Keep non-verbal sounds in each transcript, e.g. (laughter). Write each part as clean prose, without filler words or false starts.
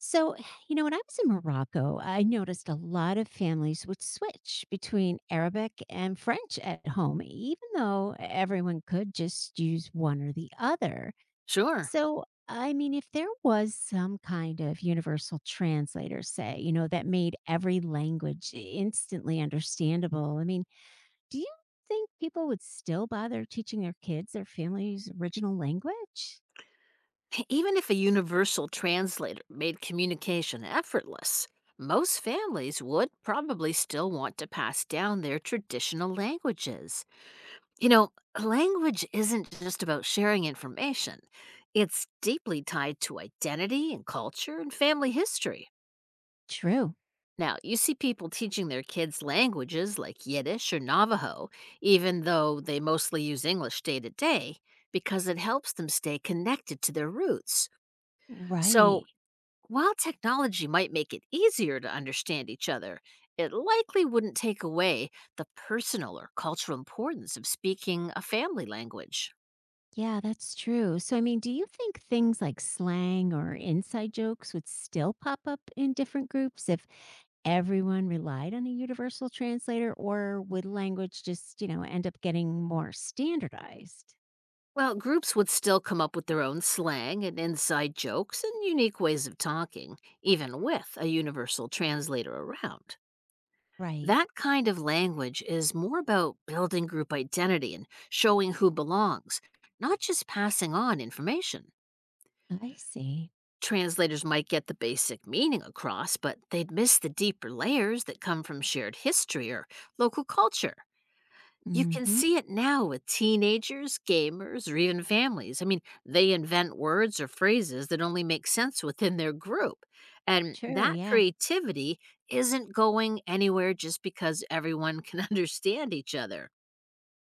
So, when I was in Morocco, I noticed a lot of families would switch between Arabic and French at home, even though everyone could just use one or the other. Sure. So, I mean, if there was some kind of universal translator, say, that made every language instantly understandable, I mean, do you think people would still bother teaching their kids their family's original language? Even if a universal translator made communication effortless, most families would probably still want to pass down their traditional languages. You know, language isn't just about sharing information, it's deeply tied to identity and culture and family history. True. Now, you see people teaching their kids languages like Yiddish or Navajo, even though they mostly use English day to day, because it helps them stay connected to their roots. Right. So, while technology might make it easier to understand each other, it likely wouldn't take away the personal or cultural importance of speaking a family language. Yeah, that's true. So, I mean, do you think things like slang or inside jokes would still pop up in different groups if everyone relied on a universal translator, or would language just, end up getting more standardized? Well, groups would still come up with their own slang and inside jokes and unique ways of talking, even with a universal translator around. Right. That kind of language is more about building group identity and showing who belongs, not just passing on information. I see. Translators might get the basic meaning across, but they'd miss the deeper layers that come from shared history or local culture. You can Hmm. see it now with teenagers, gamers, or even families. I mean, they invent words or phrases that only make sense within their group. And True. that Yeah. creativity isn't going anywhere just because everyone can (laughs) understand each other.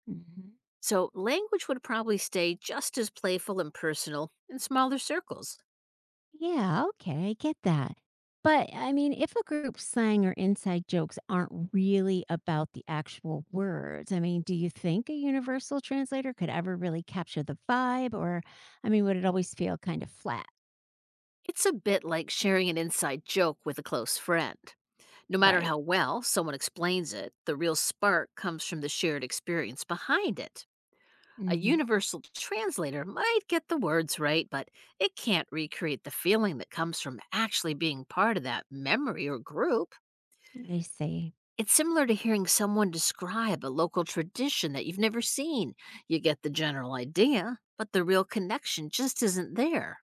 Hmm. So, language would probably stay just as playful and personal in smaller circles. Yeah, okay, I get that. But I mean, if a group slang or inside jokes aren't really about the actual words, I mean, do you think a universal translator could ever really capture the vibe? Or, I mean, would it always feel kind of flat? It's a bit like sharing an inside joke with a close friend. No matter Right. how well someone explains it, the real spark comes from the shared experience behind it. A Hmm. universal translator might get the words right, but it can't recreate the feeling that comes from actually being part of that memory or group. I see. It's similar to hearing someone describe a local tradition that you've never seen. You get the general idea, but the real connection just isn't there.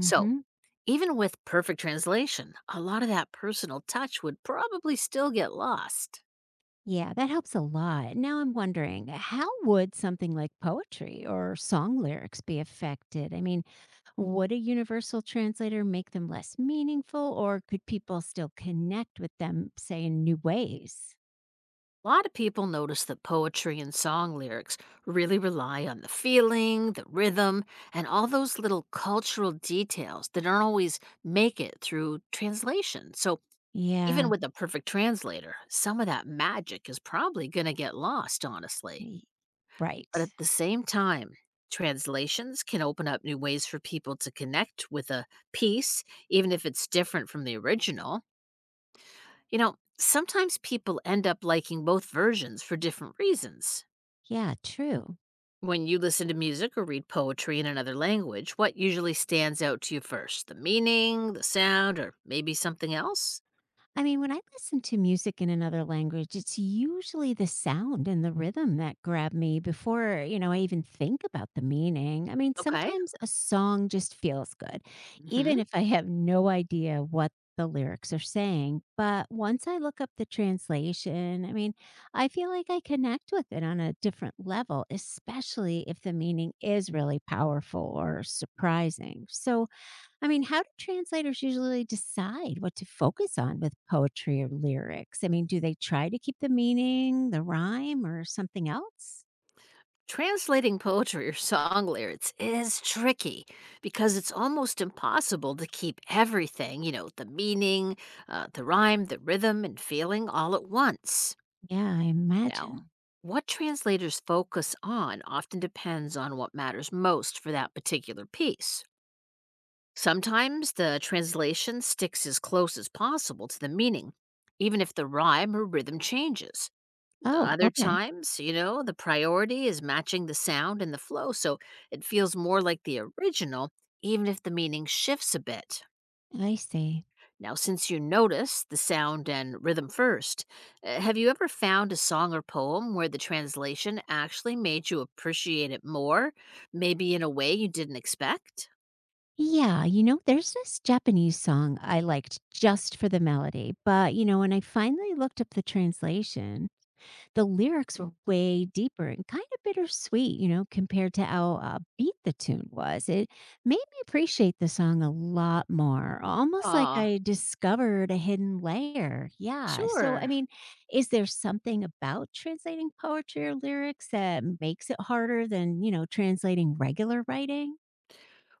So, Even with perfect translation, a lot of that personal touch would probably still get lost. Yeah, that helps a lot. Now I'm wondering, how would something like poetry or song lyrics be affected? I mean, would a universal translator make them less meaningful, or could people still connect with them, say, in new ways? A lot of people notice that poetry and song lyrics really rely on the feeling, the rhythm, and all those little cultural details that don't always make it through translation. So, even Yeah, with a perfect translator, some of that magic is probably going to get lost, honestly. y- But right. at the same time, translations can open up new ways for people to connect with a piece, even if it's different from the original. You know, sometimes people end up liking both versions for different reasons. Yeah, true. When you listen to music or read poetry in another language, what usually stands out to you first? The meaning, the sound, or maybe something else? I mean, when I listen to music in another language, it's usually the sound and the rhythm that grab me before, I even think about the meaning. I mean, Okay. sometimes a song just feels good, Hmm. even if I have no idea what the lyrics are saying. But once I look up the translation, I mean, I feel like I connect with it on a different level, especially if the meaning is really powerful or surprising. So, I mean, how do translators usually decide what to focus on with poetry or lyrics? I mean, do they try to keep the meaning, the rhyme, or something else? Translating poetry or song lyrics is tricky because it's almost impossible to keep everything, you know, the meaning, the rhyme, the rhythm, and feeling all at once. Yeah, I Now, imagine. what translators focus on often depends on what matters most for that particular piece. Sometimes the translation sticks as close as possible to the meaning, even if the rhyme or rhythm changes. Oh, Other okay. times, you know, the priority is matching the sound and the flow, so it feels more like the original, even if the meaning shifts a bit. I see. Now, since you notice the sound and rhythm first, have you ever found a song or poem where the translation actually made you appreciate it more, maybe in a way you didn't expect? Yeah, there's this Japanese song I liked just for the melody, but when I finally looked up the translation, the lyrics were way deeper and kind of bittersweet, compared to how upbeat the tune was. It made me appreciate the song a lot more, almost like Ah, I discovered a hidden layer. Yeah. So, I sure. mean, is there something about translating poetry or lyrics that makes it harder than, translating regular writing?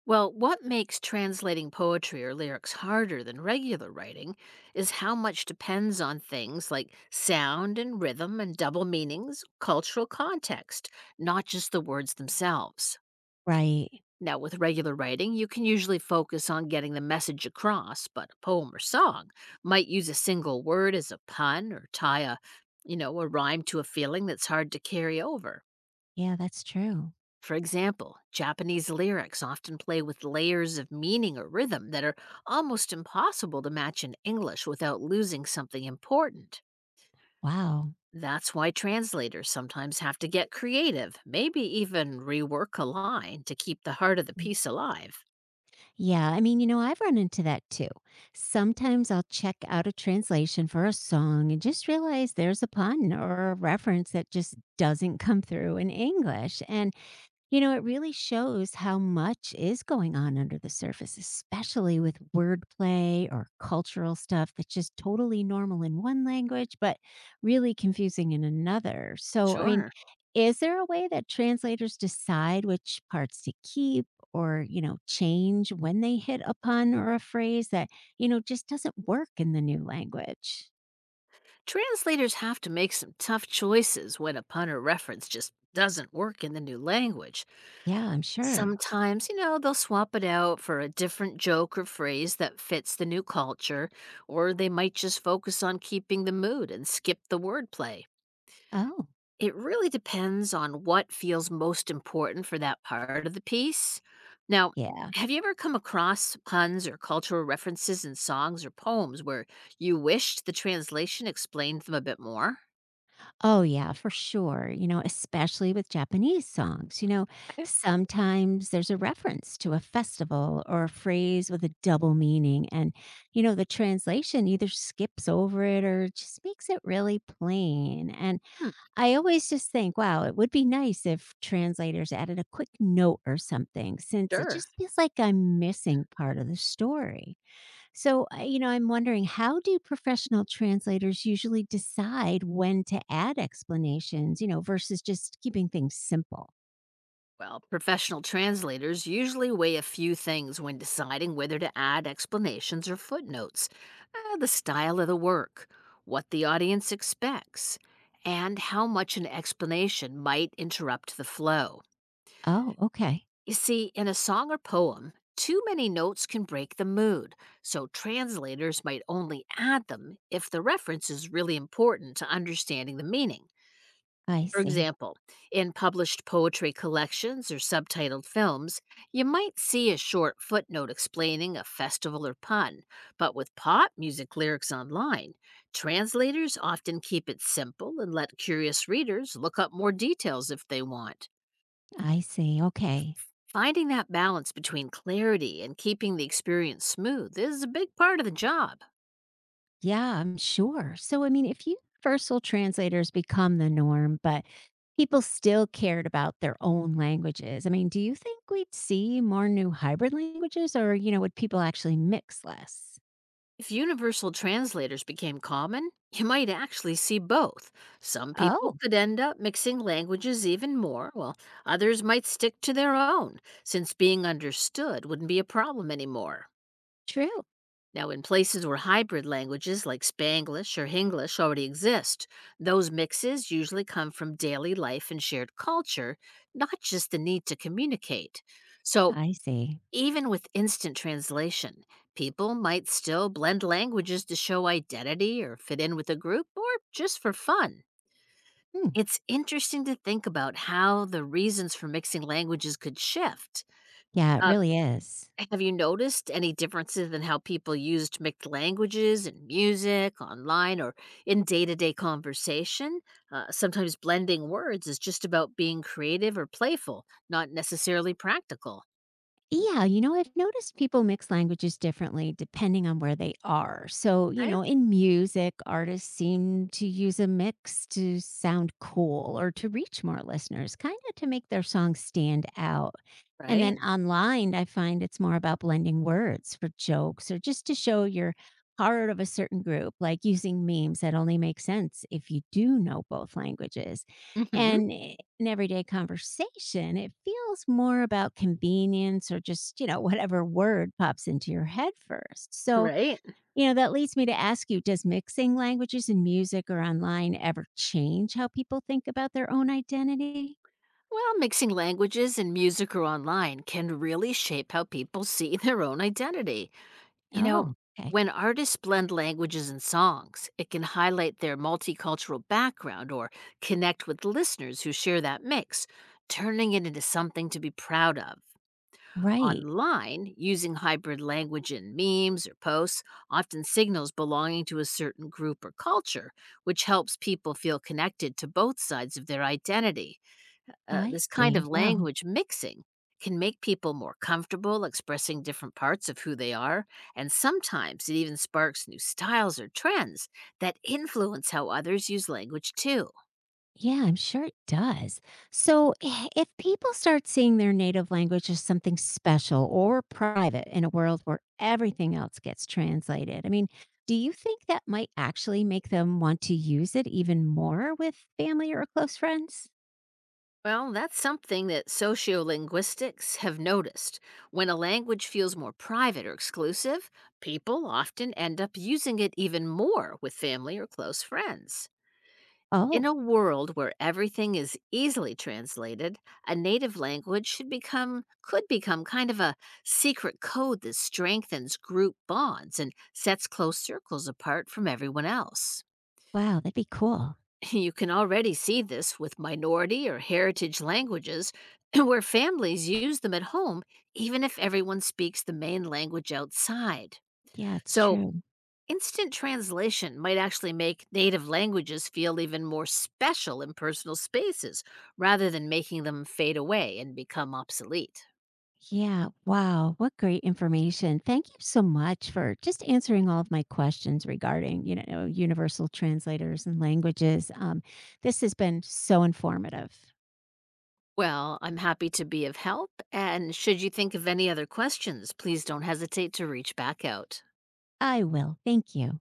Well, what makes translating poetry or lyrics harder than regular writing is how much depends on things like sound and rhythm and double meanings, cultural context, not just the words themselves. Right. Now, with regular writing, you can usually focus on getting the message across, but a poem or song might use a single word as a pun or tie a, you know, a rhyme to a feeling that's hard to carry over. Yeah, that's true. For example, Japanese lyrics often play with layers of meaning or rhythm that are almost impossible to match in English without losing something important. Wow. That's why translators sometimes have to get creative, maybe even rework a line to keep the heart of the piece alive. Yeah, I mean, I've run into that too. Sometimes I'll check out a translation for a song and just realize there's a pun or a reference that just doesn't come through in English. And it really shows how much is going on under the surface, especially with wordplay or cultural stuff that's just totally normal in one language, but really confusing in another. So, I mean, Sure. is there a way that translators decide which parts to keep or, change when they hit a pun or a phrase that, just doesn't work in the new language? Translators have to make some tough choices when a pun or reference just doesn't work in the new language. Yeah, I'm sure. Sometimes, you know, they'll swap it out for a different joke or phrase that fits the new culture, or they might just focus on keeping the mood and skip the wordplay. Oh, It really depends on what feels most important for that part of the piece. Now, yeah. have you ever come across puns or cultural references in songs or poems where you wished the translation explained them a bit more? Oh, yeah, for sure. Especially with Japanese songs. You know, Okay. sometimes there's a reference to a festival or a phrase with a double meaning. And, the translation either skips over it or just makes it really plain. And Hmm, I always just think, wow, it would be nice if translators added a quick note or something, since it sure. just feels like I'm missing part of the story. So, I'm wondering how do professional translators usually decide when to add explanations, versus just keeping things simple? Well, professional translators usually weigh a few things when deciding whether to add explanations or footnotes. The style of the work, what the audience expects, and how much an explanation might interrupt the flow. Oh, okay. You see, in a song or poem, too many notes can break the mood, so translators might only add them if the reference is really important to understanding the meaning. I For see. example, in published poetry collections or subtitled films, you might see a short footnote explaining a festival or pun, but with pop music lyrics online, translators often keep it simple and let curious readers look up more details if they want. I see. Okay. Finding that balance between clarity and keeping the experience smooth is a big part of the job. Yeah, I'm sure. So, I mean, if universal translators become the norm, but people still cared about their own languages, I mean, do you think we'd see more new hybrid languages or, would people actually mix less? If universal translators became common, you might actually see both. Some people Oh, could end up mixing languages even more, while others might stick to their own, since being understood wouldn't be a problem anymore. true. Now, in places where hybrid languages like Spanglish or Hinglish already exist, those mixes usually come from daily life and shared culture, not just the need to communicate. So, I see. even with instant translation, people might still blend languages to show identity or fit in with a group or just for fun. Hmm. It's interesting to think about how the reasons for mixing languages could shift. Yeah, it Uh, really is. have you noticed any differences in how people used mixed languages in music, online, or in day to day conversation? Sometimes blending words is just about being creative or playful, not necessarily practical. Yeah, I've noticed people mix languages differently depending on where they are. So, Right? In music, artists seem to use a mix to sound cool or to reach more listeners, kind of to make their songs stand out. And Right? then online, I find it's more about blending words for jokes or just to show you're part of a certain group, like using memes that only make sense if you do know both languages. Hmm. And in everyday conversation, it feels more about convenience or just, (laughs) whatever word pops into your head first. So, Right? That leads me to ask you. Does mixing languages in music or online ever change how people think about their own identity? Well, mixing languages and music or online can really shape how people (laughs) see their own identity. You know, Oh, okay. when artists blend languages and songs, it can highlight their multicultural background or connect with listeners who share that mix, turning it into something to be proud of. Right. Online, using hybrid language in memes or posts often signals belonging to a certain group or culture, which helps people feel connected to both sides of their identity. I This kind see. of Wow. language mixing can make people more comfortable expressing different parts of who they are, and sometimes it even sparks new styles or trends that influence how others use language too. Yeah, I'm sure it does. So, if people start seeing their native language as something special or private in a world where everything else gets translated, I mean, do you think that might actually make them want to use it even more with family or close friends? Well, that's something that sociolinguistics have noticed. When a language feels more private or exclusive, people often end up using it even more with family or close friends. In Oh, a world where everything is easily translated, a native language should become could become kind of a secret code that strengthens group bonds and sets close circles apart from everyone else. wow, that'd be cool. (laughs) You can already see this with minority or heritage languages (clears throat) where families use them at home even if everyone speaks the main language outside. Yeah, it's So, true. instant translation might actually make native languages feel even more special in personal spaces rather than making them fade away and become obsolete. Yeah. Wow. What great information. Thank you so much for just answering all of my questions regarding, universal translators and languages. This has been so informative. Well, I'm happy to be of help, and should you think of any other questions, please don't hesitate to reach back out. I will. Thank you.